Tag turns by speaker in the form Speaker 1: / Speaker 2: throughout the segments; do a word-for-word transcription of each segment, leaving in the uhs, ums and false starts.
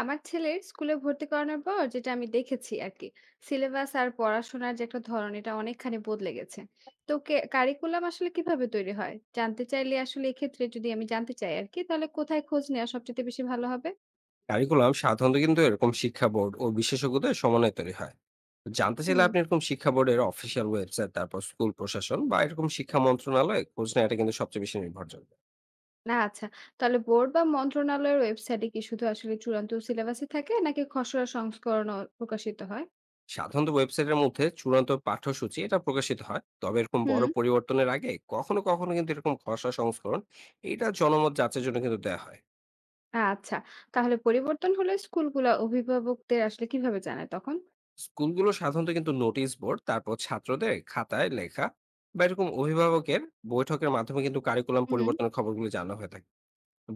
Speaker 1: আমার ছেলের স্কুলে ভর্তি করানোর পর যেটা আমি দেখেছি আর কি, সিলেবাস আর পড়াশোনার যে একটা ধরন এটা অনেকখানি বদলে গেছে। তো কারিকুলাম আসলে কিভাবে তৈরি হয় জানতে চাইলে আসলে এক্ষেত্রে যদি আমি জানতে চাই আর কি, তাহলে কোথায় খোঁজ নেওয়া সবচেয়ে বেশি ভালো হবে?
Speaker 2: কারিকুলাম সাধারণত কিন্তু এরকম শিক্ষা বোর্ড ও বিশেষজ্ঞদের সমন্বয়ে তৈরি হয়। তো জানতে চাইলে
Speaker 1: হুম,
Speaker 2: আপনি এরকম শিক্ষা বোর্ডের অফিসিয়াল ওয়েবসাইট, তারপর স্কুল প্রশাসন বা এরকম শিক্ষা মন্ত্রণালয় খোঁজ নেওয়া, এটা কিন্তু সবচেয়ে বেশি নির্ভরযোগ্য।
Speaker 1: না আচ্ছা, তাহলে বোর্ড বা মন্ত্রণালয়ের ওয়েবসাইটে কি শুধু আসলে চূড়ান্ত সিলেবাসই থাকে নাকি খসড়া সংস্করণও প্রকাশিত হয়?
Speaker 2: সাধারণত ওয়েবসাইটের মধ্যে চূড়ান্ত পাঠ্যসূচি এটা প্রকাশিত হয়, তবে এরকম
Speaker 1: হুম,
Speaker 2: বড় পরিবর্তনের আগে কখনো কখনো কিন্তু এরকম খসড়া সংস্করণ এটা জনমত যাচাইয়ের জন্য কিন্তু দেওয়া হয়।
Speaker 1: আচ্ছা, তাহলে পরিবর্তন হলে স্কুলগুলো অভিভাবকদের আসলে কিভাবে জানায় তখন?
Speaker 2: স্কুলগুলো সাধারণত কিন্তু নোটিশ বোর্ড, তারপর ছাত্রদের খাতায় লেখা বা এরকম অভিভাবকের বৈঠকের মাধ্যমে কিন্তু কারিকুলাম
Speaker 1: হুম,
Speaker 2: পরিবর্তনের খবরগুলো জানা হয়ে থাকে।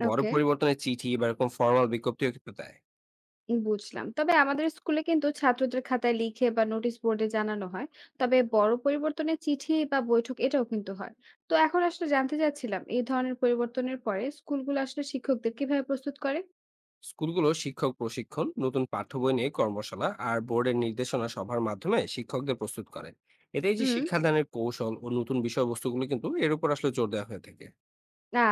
Speaker 2: বড়
Speaker 1: ওকে,
Speaker 2: পরিবর্তনের চিঠি বা এরকম ফরমাল বিজ্ঞপ্তিও কিন্তু দেয়।
Speaker 1: বুঝলাম। তবে আমাদের স্কুলে কিন্তু ছাত্রদের খাতায় লিখে বা নোটিশ বোর্ডে জানানো হয়। তবে বড় পরিবর্তনে চিঠি বা বৈঠক এটাও কিন্তু হয়। তো এখন আসলে জানতে চাচ্ছিলাম এই ধরনের পরিবর্তনের পরে স্কুলগুলো আসলে শিক্ষকদের কিভাবে প্রস্তুত করে?
Speaker 2: স্কুলগুলো শিক্ষক প্রশিক্ষণ, নতুন পাঠ্য বই নিয়ে কর্মশালা আর বোর্ডের নির্দেশনা সভার মাধ্যমে শিক্ষকদের প্রস্তুত করেন। এতে এই যে
Speaker 1: হুম।
Speaker 2: শিক্ষাদানের কৌশল ও নতুন বিষয়বস্তুগুলো, কিন্তু এর উপর আসলে জোর দেওয়া হয়ে থাকে।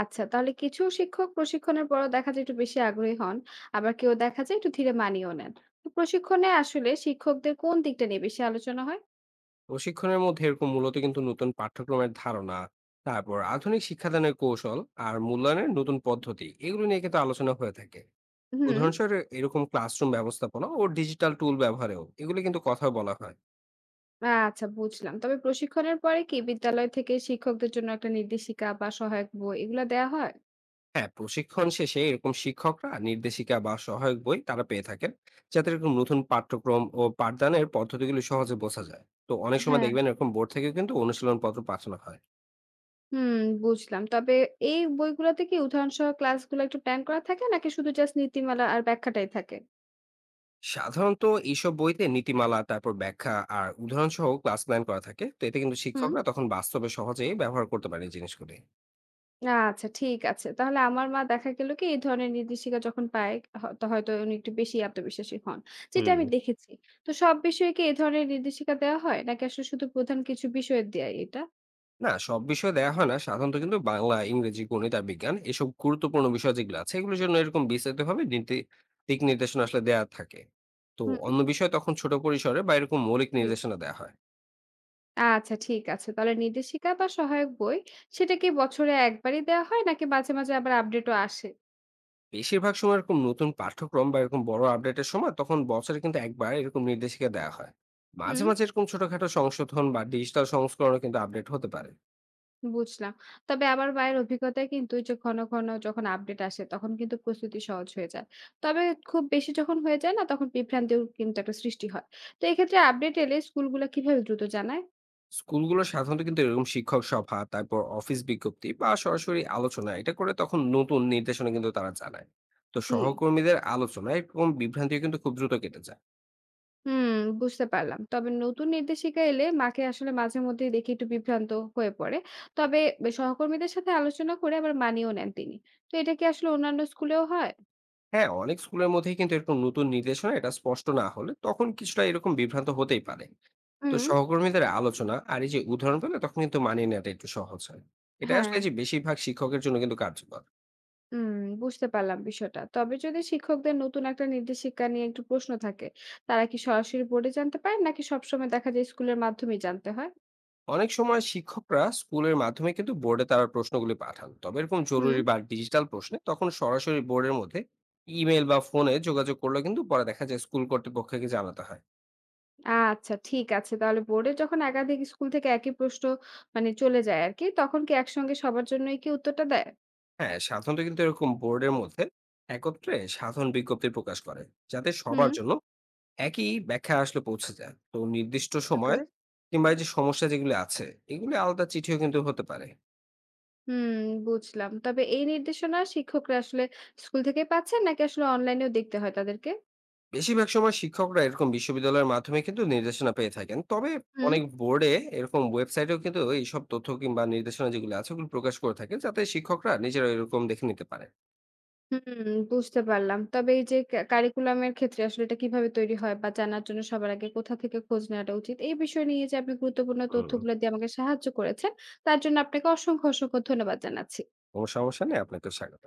Speaker 1: আচ্ছা, তাহলে কিছু শিক্ষক প্রশিক্ষণের পরও দেখা যায় একটু বেশি আগ্রহী হন। আবার কেউ দেখা যায় একটু ধীরে মানিয়েও নেন। তো প্রশিক্ষণে আসলে শিক্ষকদের কোন দিকটা নিয়ে বেশি আলোচনা হয়?
Speaker 2: প্রশিক্ষণের মধ্যে এরকম মূলত কিন্তু নতুন পাঠ্যক্রমের ধারণা, তারপর আধুনিক শিক্ষাদানের কৌশল, আর মূল্যায়নের নতুন পদ্ধতি, এগুলো নিয়ে কিন্তু আলোচনা হয়ে থাকে।
Speaker 1: হুম।
Speaker 2: উদাহরণস্বরূপ এরকম ক্লাসরুম ব্যবস্থাপনা ও ডিজিটাল টুল ব্যবহারেও, এগুলো কিন্তু কথা বলা হয়।
Speaker 1: আচ্ছা, বুঝলাম। তবে প্রশিক্ষণের পরে কি বিদ্যালয় থেকে শিক্ষকদের জন্য একটা নির্দেশিকা বা সহায়ক বই এগুলা দেয়া হয়?
Speaker 2: হ্যাঁ, প্রশিক্ষণ শেষে এরকম শিক্ষকরা নির্দেশিকা বা সহায়ক বই তারা পেয়ে থাকেন, যাতে এরকম নতুন পাঠ্যক্রম ও পাঠদানের পদ্ধতিগুলো সহজে বোঝা যায়। তো অনেক সময়
Speaker 1: হ্যাঁ,
Speaker 2: দেখবেন এরকম বোর্ড থেকেও কিন্তু অনুশীলন পত্র পাঠানো হয়।
Speaker 1: হুম, বুঝলাম। তবে এই বইগুলাতে কি উদাহরণসহ ক্লাসগুলো একটু প্ল্যান করা থাকে নাকি শুধু জাস্ট নীতিমালা আর ব্যাখ্যাটাই থাকে?
Speaker 2: সাধারণত এইসব বইতে নীতিমালা, তারপর ব্যাখ্যা আর উদাহরণ সহ ক্লাস প্ল্যান করা থাকে। তো এতে কিন্তু
Speaker 1: হুম।
Speaker 2: শিক্ষকরা তখন বাস্তবে সহজেই ব্যবহার করতে পারে এই জিনিসগুলি।
Speaker 1: আচ্ছা, ঠিক আছে। তাহলে আমার মা দেখা গেল কি এই ধরনের নির্দেশিকা যখন পায়, হ তো হয়তো উনি একটু বেশি আত্মবিশ্বাসী হন। যেটা
Speaker 2: হুম।
Speaker 1: আমি দেখেছি। তো সব বিষয়ে কি এই ধরনের নির্দেশিকা দেওয়া হয় নাকি আসলে শুধু প্রধান কিছু বিষয়ে দেয় এটা?
Speaker 2: না, সব বিষয় দেয়া হয় না। সাধারণত কিন্তু বাংলা, ইংরেজি, গণিত আর বিজ্ঞান, এসব গুরুত্বপূর্ণ বিষয় যেগুলো আছে, এগুলোর জন্য এরকম বিস্তারিত ভাবে নীতি দিক নির্দেশনা আসলে দেয়া থাকে। তো
Speaker 1: হুম।
Speaker 2: অন্য বিষয় তখন ছোট পরিসরে বা এরকম মৌলিক
Speaker 1: জি।
Speaker 2: নির্দেশনা দেওয়া হয়।
Speaker 1: আচ্ছা, ঠিক আছে। তাহলে নির্দেশিকা বা সহায়ক বই সেটা কি বছরে একবারই দেওয়া হয় নাকি মাঝে, মাঝে আবার আপডেটও আসে?
Speaker 2: বেশিরভাগ সময় এরকম নতুন পাঠ্যক্রম বা এরকম বড় আপডেটের সময়, তখন বছরে কিন্তু একবার এরকম নির্দেশিকা দেওয়া হয়। মাঝে
Speaker 1: হুম,
Speaker 2: মাঝে এরকম ছোটখাটো সংশোধন বা ডিজিটাল সংস্করণও কিন্তু আপডেট হতে পারে।
Speaker 1: বুঝলাম। তবে আমার মায়ের অভিজ্ঞতায় কিন্তু ওই যে ঘন, ঘন যখন আপডেট আসে তখন কিন্তু প্রস্তুতি সহজ হয়ে যায়। তবে খুব বেশি যখন হয়ে যায় না তখন বিভ্রান্তিও কিন্তু একটা সৃষ্টি হয়। তো এক্ষেত্রে আপডেট এলে স্কুলগুলা কিভাবে দ্রুত জানায়?
Speaker 2: স্কুলগুলো সাধারণত কিন্তু এরকম শিক্ষক সভা, তারপর অফিস বিজ্ঞপ্তি বা সরাসরি আলোচনা এটা করে, তখন নতুন নির্দেশনা কিন্তু তারা জানায়। তো
Speaker 1: জি।
Speaker 2: সহকর্মীদের আলোচনা, এরকম বিভ্রান্তিও কিন্তু খুব দ্রুত কেটে যায়।
Speaker 1: হুম, বুঝতে পারলাম। তবে নতুন নির্দেশিকা এলে মাকে আসলে মাঝে মধ্যেই দেখি একটু বিভ্রান্ত হয়ে পড়ে। তবে বে সহকর্মীদের সাথে আলোচনা করে আবার মানিয়েও নেন তিনি। তো এটা কি আসলে অন্যান্য স্কুলেও হয়?
Speaker 2: হ্যাঁ, অনেক স্কুলের মধ্যেই কিন্তু এরকম নতুন নির্দেশনা এটা স্পষ্ট না হলে তখন কিছুটা এরকম বিভ্রান্ত হতেই পারে। তো
Speaker 1: হুম,
Speaker 2: সহকর্মীদের আলোচনা আর এই যে উদাহরণ পেলে তখন কিন্তু মানিয়ে নেওয়াটা একটু সহজ হয়। এটা
Speaker 1: হ্যাঁ,
Speaker 2: আসলে যে বেশিরভাগ শিক্ষকের জন্য কিন্তু কার্যকর।
Speaker 1: হুম, বুঝতে পারলাম বিষয়টা। তবে যদি শিক্ষকদের নতুন একটা নির্দেশিকা নিয়ে একটু প্রশ্ন থাকে, তারা কি সরাসরি বোর্ডে জানতে পারেন নাকি সবসময় দেখা যায় স্কুলের মাধ্যমেই জানতে হয়?
Speaker 2: অনেক সময় শিক্ষকরা স্কুলের মাধ্যমে কিন্তু বোর্ডে তারা প্রশ্নগুলি পাঠান, তবে এরকম জরুরি
Speaker 1: হুম,
Speaker 2: বা ডিজিটাল প্রশ্নে তখন সরাসরি বোর্ডের মধ্যে ইমেল বা ফোনে যোগাযোগ করলে কিন্তু পরে দেখা যায় স্কুল কর্তৃপক্ষকে জানাতে হয়।
Speaker 1: আচ্ছা, ঠিক আছে। তাহলে বোর্ডে যখন একাধিক স্কুল থেকে একই প্রশ্ন মানে চলে যায় আরকি, তখন কি একসঙ্গে সবার জন্যই কি উত্তরটা দেয়?
Speaker 2: হ্যাঁ, সাধারণত কিন্তু এরকম বোর্ডের মধ্যে একত্রে সাধারণ বিজ্ঞপ্তি প্রকাশ করে, যাতে সবার
Speaker 1: হুম,
Speaker 2: জন্য একই ব্যাখ্যা আসলে পৌঁছে যায়। তো নির্দিষ্ট
Speaker 1: ওকে।
Speaker 2: সময় কিংবা এই যে সমস্যা যেগুলো আছে, এগুলো আলাদা চিঠিও কিন্তু হতে পারে।
Speaker 1: হুম, বুঝলাম। তবে এই নির্দেশনা শিক্ষকরা আসলে স্কুল থেকেই পাচ্ছেন নাকি আসলে অনলাইনেও দেখতে হয় তাদেরকে?
Speaker 2: বেশিরভাগ সময় শিক্ষকরা এরকম বিশ্ববিদ্যালয়ের মাধ্যমে কিন্তু নির্দেশনা পেয়ে থাকেন, তবে
Speaker 1: হুম।
Speaker 2: অনেক বোর্ডে এরকম ওয়েবসাইটেও কিন্তু এইসব তথ্য কিংবা নির্দেশনা যেগুলো আছে ওগুলো প্রকাশ করে থাকে, যাতে শিক্ষকরা নিজেরা এরকম দেখে নিতে পারে।
Speaker 1: হুম, বুঝতে পারলাম। তবে এই যে কা কারিকুলামের ক্ষেত্রে আসলে এটা কিভাবে তৈরি হয় বা জানার জন্য সবার আগে কোথা থেকে খোঁজ নেওয়াটা উচিত? এই বিষয় নিয়ে যে আপনি গুরুত্বপূর্ণ
Speaker 2: হুম।
Speaker 1: তথ্যগুলো দিয়ে আমাকে সাহায্য করেছেন, তার জন্য আপনাকে অসংখ্য, অসংখ্য ধন্যবাদ জানাচ্ছি।
Speaker 2: কোনো সমস্যা নেই, আপনাকে স্বাগত।